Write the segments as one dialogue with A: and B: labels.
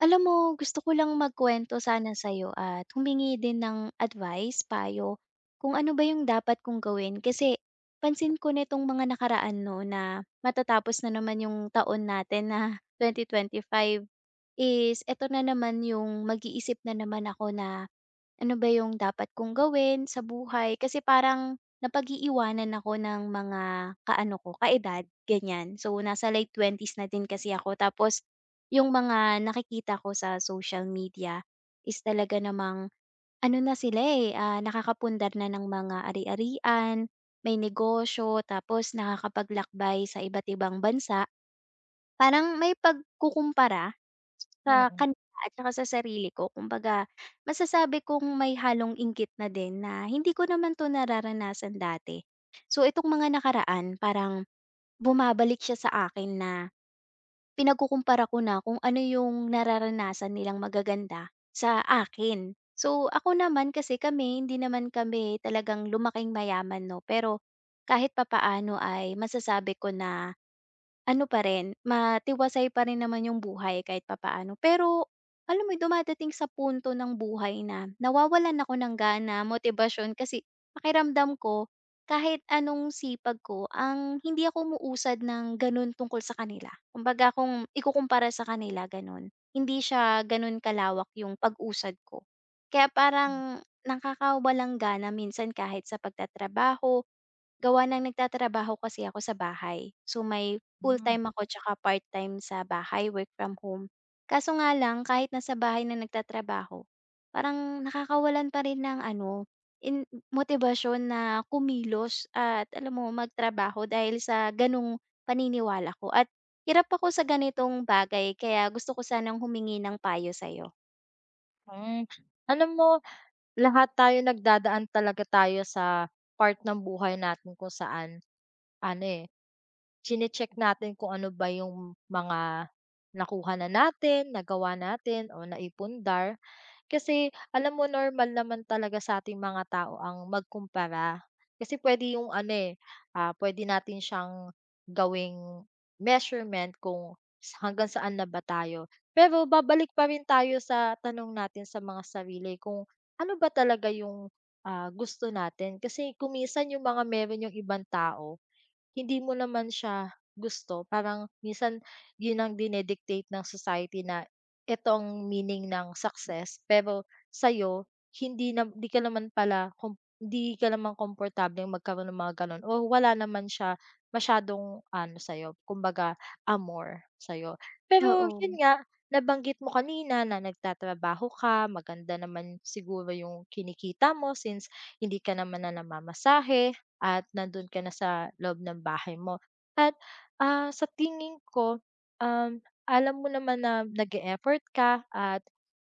A: Alam mo, gusto ko lang magkuwento sana sa'yo at humingi din ng advice, payo, kung ano ba yung dapat kong gawin. Kasi pansin ko nitong mga nakaraan no na matatapos na naman yung taon natin na 2025 is eto na naman yung mag-iisip na naman ako na ano ba yung dapat kong gawin sa buhay. Kasi parang napag-iiwanan ako ng mga kaano ko, kaedad, ganyan. So, nasa late twenties s na din kasi ako. Tapos, yung mga nakikita ko sa social media is talaga namang ano na sila, nakakapundar na ng mga ari-arian, may negosyo, tapos nakakapaglakbay sa iba't ibang bansa. Parang may pagkukumpara sa
B: Mm.
A: kanila at saka sa sarili ko. Kumbaga masasabi kong may halong inggit na din na hindi ko naman 'to nararanasan dati. So, itong mga nakaraan parang bumabalik siya sa akin na pinagkukumpara ko na kung ano yung nararanasan nilang magaganda sa akin. So, ako naman kasi kami hindi naman kami talagang lumaking mayaman 'no, pero kahit papaano ay masasabi ko na ano pa rin, matiwasay pa rin naman yung buhay kahit papaano. Pero alam mo dumadating sa punto ng buhay na nawawalan ako ng gana, motibasyon kasi pakiramdam ko kahit anong sipag ko, ang hindi ako muusad ng gano'n tungkol sa kanila. Kumbaga kung ikukumpara sa kanila gano'n, hindi siya gano'n kalawak yung pag-usad ko. Kaya parang nakakawalang gana minsan kahit sa pagtatrabaho. Gawa ng nagtatrabaho kasi ako sa bahay. So, may
B: Hmm.
A: full-time ako tsaka part-time sa bahay, work from home. Kaso nga lang kahit nasa bahay na nagtatrabaho, parang nakakawalan pa rin ng ano, in motibasyon na kumilos at alam mo magtrabaho dahil sa ganung paniniwala ko at hirap ako sa ganitong bagay kaya gusto ko sanang humingi ng payo sa'yo.
B: Hmm. Alam mo, lahat tayo nagdadaan talaga tayo sa part ng buhay natin kung saan ano, eh, chine-check natin kung ano ba yung mga nakuha na natin, nagawa natin o naipundar. Kasi alam mo, normal naman talaga sa sa'ting mga tao ang magkumpara. Kasi pwede yung ano, eh, puwede natin siyang gawing measurement kung sa hanggang saan na ba tayo. Pero babalik pa rin tayo sa tanong natin sa mga sarili kung ano ba talaga yung, gusto natin. Kasi kung minsan yung mga meron yung ibang tao, hindi mo naman siya gusto, parang minsan yun ang dinedictate ng society na ito ang meaning ng success, pero sa'yo hindi na di ka naman pala kom hindi ka naman komportableng magkaroon ng mga gano'n, o wala naman siya masyadong ano sa'yo, kumbaga amor sa'yo. Pero
A: Oo.
B: yun nga, nabanggit mo kanina na nagtatrabaho ka, maganda naman siguro yung kinikita mo since hindi ka naman na namamasahe at nandun ka na sa loob ng bahay mo. At, sa tingin ko, um, alam mo naman na nag effort ka at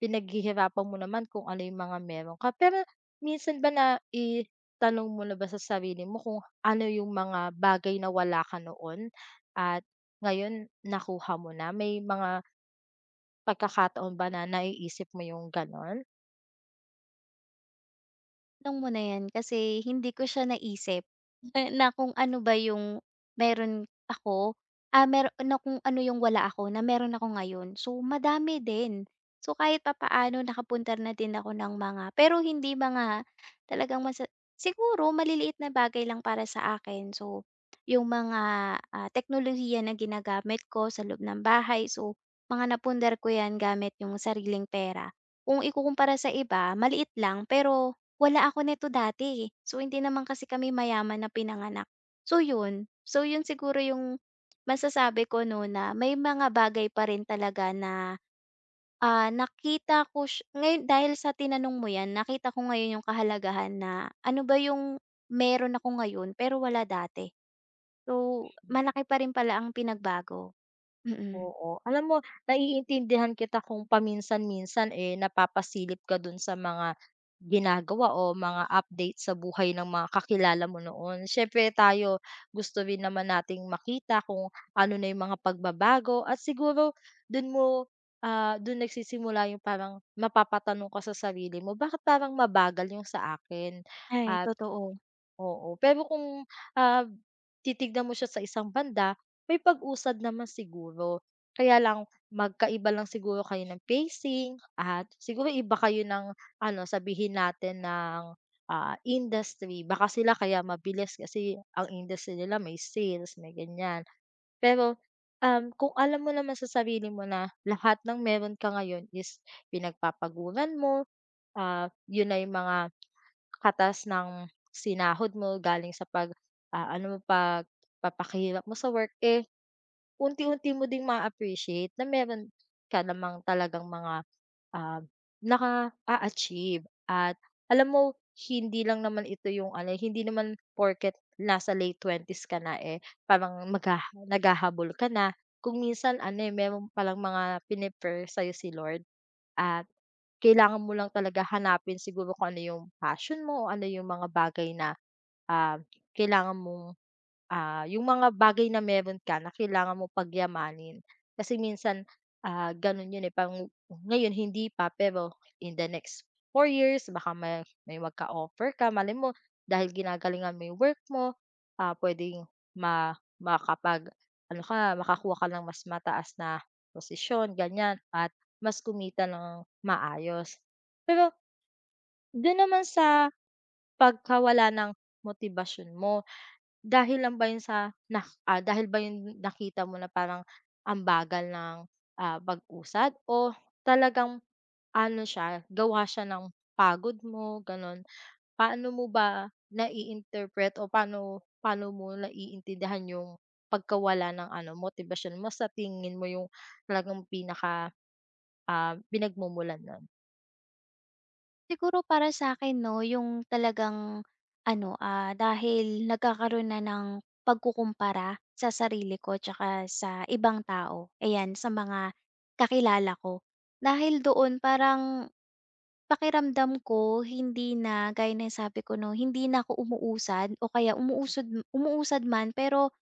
B: pinaghihirapan mo naman kung ano yung mga meron ka. Pero minsan ba na naitanong mo na ba sa sarili mo kung ano yung mga bagay na wala ka noon at ngayon nakuha mo na? May mga pagkakataon ba na naiisip mo yung gano'n?
A: Tanong mo na 'yan kasi hindi ko siya naisip na kung ano ba yung meron ako, meron na kung ano yung wala ako na meron ako ngayon. So, madami din. So, kahit papaano nakapunta na din ako ng mga pero hindi mga talagang masa siguro maliliit na bagay lang para sa akin. So, yung mga, teknolohiya na ginagamit ko sa loob ng bahay. So, mga napundar ko 'yan gamit yung sariling pera. Kung ikukumpara sa iba, maliit lang pero wala ako nito dati, eh. So, hindi naman kasi kami mayaman na pinanganak. So, yun. So, yun siguro yung masasabi ko 'no, na may mga bagay pa rin talaga na, nakita ko siya ngayon dahil sa tinanong mo 'yan, nakita ko ngayon yung kahalagahan na ano ba yung meron ako ngayon pero wala dati. So, malaki pa rin pala ang pinagbago. Mm. Mm.
B: Oo, alam mo, naiintindihan kita kung paminsan-minsan, eh, napapasilip ka dun sa mga ginagawa o mga update sa buhay ng mga kakilala mo noon. Siyempre tayo gusto rin naman nating makita kung ano na yung mga pagbabago, at siguro dun mo, dun nagsisimula yung parang mapapatanong ka sa sarili mo, "Bakit parang mabagal yung sa akin?"
A: Ay,
B: Ah
A: totoo.
B: Oo, pero kung, ah, titignan mo siya sa isang banda, may pag-usad naman siguro. Kaya lang magkaiba lang siguro kayo ng pacing, at siguro iba kayo ng ano, sabihin natin ng, industry. Baka sila kaya mabilis kasi ang industry nila may sales, may ganyan. Pero, kung alam mo naman sa sarili mo na lahat ng meron ka ngayon is pinagpapaguran mo, yun na yung mga katas ng sinahod mo galing sa pag-aano mo, pagpapakahirap mo sa work, eh, unti-unti mo ding ma-appreciate na meron ka namang talagang mga, ah, naka achieve, at alam mo, hindi lang naman ito yung ano, eh, hindi naman porket nasa late twenties s ka na, eh, parang naghahabol ka na. Kung minsan ano, eh, meron palang mga piniper prayer sa'yo si Lord at kailangan mo lang talaga hanapin siguro kung ano yung passion mo o ano yung mga bagay na, ah, kailangan mong yung mga bagay na meron ka na kailangan mo pagyamanin. Kasi minsan, ganun yun, eh, parang ngayon hindi pa, pero in the next 4 years baka may magka-offer ka. Malay mo, dahil ginagalingan mo yung work mo, puwedeng makapag ano ka, makakuha ka ng mas mataas na posisyon, ganyan, at mas kumita ng maayos. Pero dun naman sa pagkawala ng motibasyon mo, dahil lang ba yun sa dahil ba yun nakita mo na parang ang bagal ng, pag-usad, o talagang ano siya, gawa siya ng pagod mo gano'n? Paano mo ba nai-interpret, o paano paano mo naiintindihan yung pagkawala ng ano motivation mo? Sa tingin mo yung talagang pinaka, pinagmumulan nun?
A: Siguro para sa akin 'no, yung talagang ano, dahil nagkakaroon na ng pagkukumpara sa sarili ko tsaka sa ibang tao, ayan, sa mga kakilala ko. Dahil doon parang pakiramdam ko hindi na gaya ng sabi ko 'no, hindi na ako umuusad o kaya umuusod umuusad man pero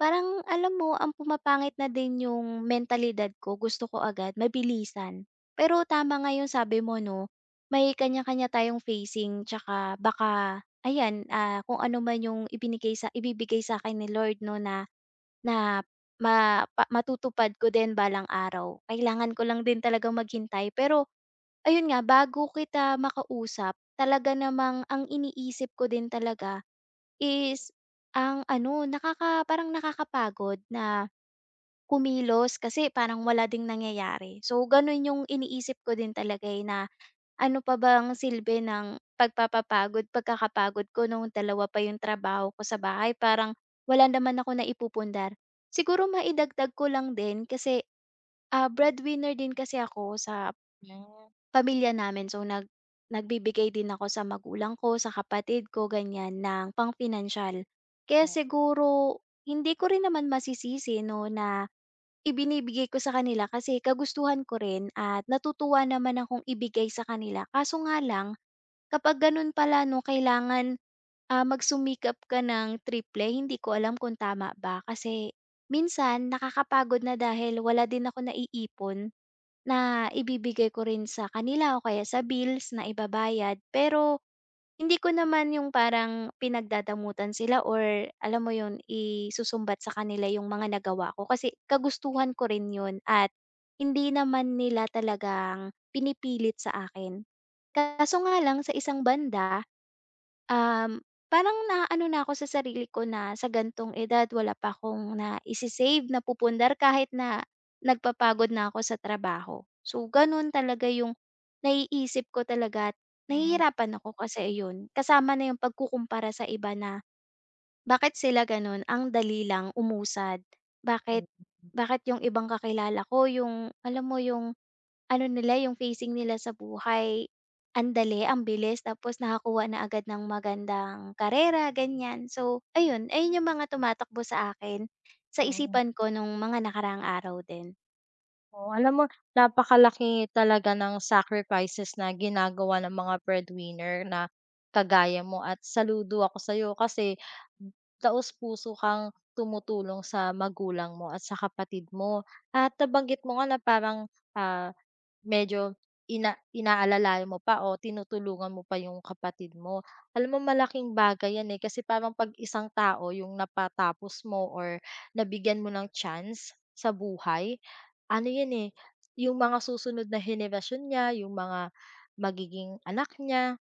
A: parang alam mo ang pumapangit na din yung mentalidad ko, gusto ko agad mabilisan. Pero tama nga yung sabi mo 'no, may kanya-kanya tayong phasing tsaka baka ayan, kung ano man yung ibinigay sa ibibigay sa'kin ni Lord 'no na na matutupad ko din balang araw. Kailangan ko lang din talaga maghintay. Pero ayun nga, bago kita makausap talaga namang ang iniisip ko din talaga is ang ano, parang nakakapagod na kumilos kasi parang wala ding nangyayari. So gano'n yung iniisip ko din talaga, eh, na ano pa bang silbi ng pagkakapagod ko nung dalawa pa yung trabaho ko sa bahay, parang wala naman ako naipupundar. Siguro maidagdag ko lang din kasi, breadwinner din kasi ako sa
B: Hmm.
A: pamilya namin so nagbibigay din ako sa magulang ko, sa kapatid ko ganyan ng pang-pinansiyal. Kaya siguro hindi ko rin naman masisisi 'no na ibinibigay ko sa kanila kasi kagustuhan ko rin at natutuwa naman akong ibigay sa kanila. Kaso nga lang kapag gano'n pala 'no kailangan, magsumikap ka ng triple. Hindi ko alam kung tama ba kasi minsan nakakapagod na dahil wala din ako naiipon na ibibigay ko rin sa kanila o kaya sa bills na ibabayad. Pero hindi ko naman yung parang pinagdadamutan sila or alam mo yun, isusumbat sa kanila yung mga nagawa ko. Kasi kagustuhan ko rin yun at hindi naman nila talagang pinipilit sa akin. Kaso nga lang sa isang banda, parang na ano na ako sa sarili ko na sa gan'tong edad wala pa akong naise-save na pupundar kahit na nagpapagod na ako sa trabaho. So, gano'n talaga yung naiisip ko talaga at
B: Hmm.
A: nahihirapan ako kasi yun kasama na yung pagkukumpara sa iba na bakit sila gano'n, ang dali lang umusad. Bakit
B: Mm.
A: bakit yung ibang kakilala ko yung alam mo yung ano nila yung facing nila sa buhay, ang dali, ang bilis tapos nakakuha na agad ng magandang karera ganyan. So ayun, ayun yung mga tumatakbo sa akin, sa
B: Mm.
A: isipan ko nung mga nakaraang araw din.
B: Oo, alam mo, napakalaki talaga ng sacrifices na ginagawa ng mga breadwinner na kagaya mo, at saludo ako sa sa'yo kasi taos-puso kang tumutulong sa magulang mo at sa kapatid mo. At nabanggit mo nga na parang, ah, medyo inaalala mo pa o tinutulungan mo pa yung kapatid mo. Alam mo, malaking bagay yan, eh, kasi parang 'pag isang tao yung napatapos mo or nabigyan mo ng chance sa buhay, ano 'yun, eh, yung mga susunod na henerasyon niya, yung mga magiging anak niya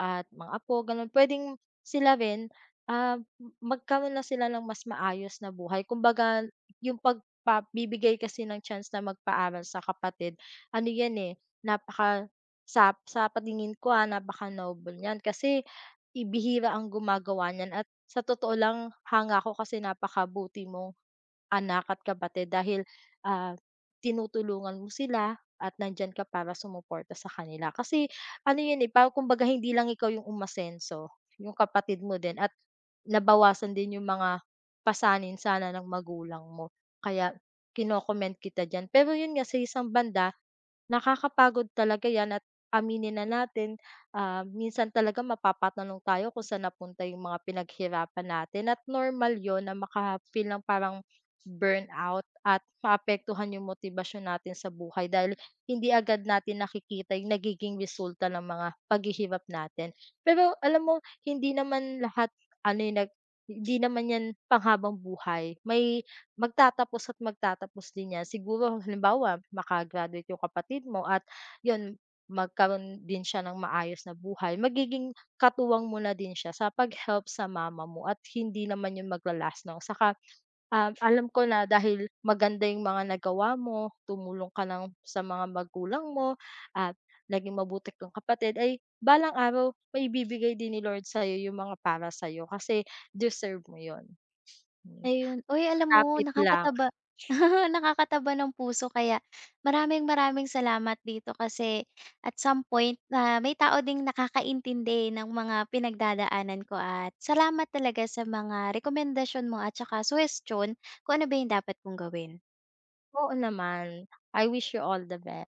B: at mga apo gano'n, puwedeng sila rin, ah, magkaroon na sila ng mas maayos na buhay. Kumbaga, yung pagpabibigay kasi ng chance na magpaaral sa kapatid, ano 'yan, eh, napaka sa patingin ko, napaka-noble niyan kasi ibihira ang gumagawa niyan, at sa totoo lang hanga ko kasi napakabuti mong anak at kapatid dahil, ah, tinutulungan mo sila at nandiyan ka para sumuporta sa kanila kasi ano yun, eh, parang kumbaga hindi lang ikaw yung umasenso, yung kapatid mo din, at nabawasan din yung mga pasanin sana ng magulang mo. Kaya kino-commend kita diyan. Pero yun nga, sa isang banda nakakapagod talaga 'yan, at aminin na natin, minsan talaga mapapatanong tayo kung saan napunta yung mga pinaghirapan natin, at normal yon na maka-feel ng parang burnout at maapektuhan yung motibasyon natin sa buhay dahil hindi agad natin nakikita yung nagiging resulta ng mga paghihirap natin. Pero alam mo, hindi naman lahat ano, yung hindi naman 'yan panghabang buhay. Magtatapos at magtatapos din yan. Siguro halimbawa yung kapatid mo at yun, magkaroon din siya ng maayos na buhay, magiging katuwang mo na din siya sa pag-help sa mama mo at hindi naman yun maglalas last 'no. Saka, alam ko na dahil maganda yung mga nagawa mo, tumulong ka ng sa mga magulang mo at naging mabuti kang kapatid, ay balang araw may maibibigay din ni Lord sa'yo yung mga para sa'yo kasi deserve mo yun. Hmm,
A: Ayun. Uy, alam mo
B: kapit lang.
A: nakakataba nakakataba ng puso kaya maraming-maraming salamat dito kasi at some point na may tao ding nakakaintindi ng mga pinagdadaanan ko at salamat talaga sa mga rekomendasyon mo at saka suhestiyon kung ano ba yung dapat kong gawin.
B: Oo naman. I wish you all the best.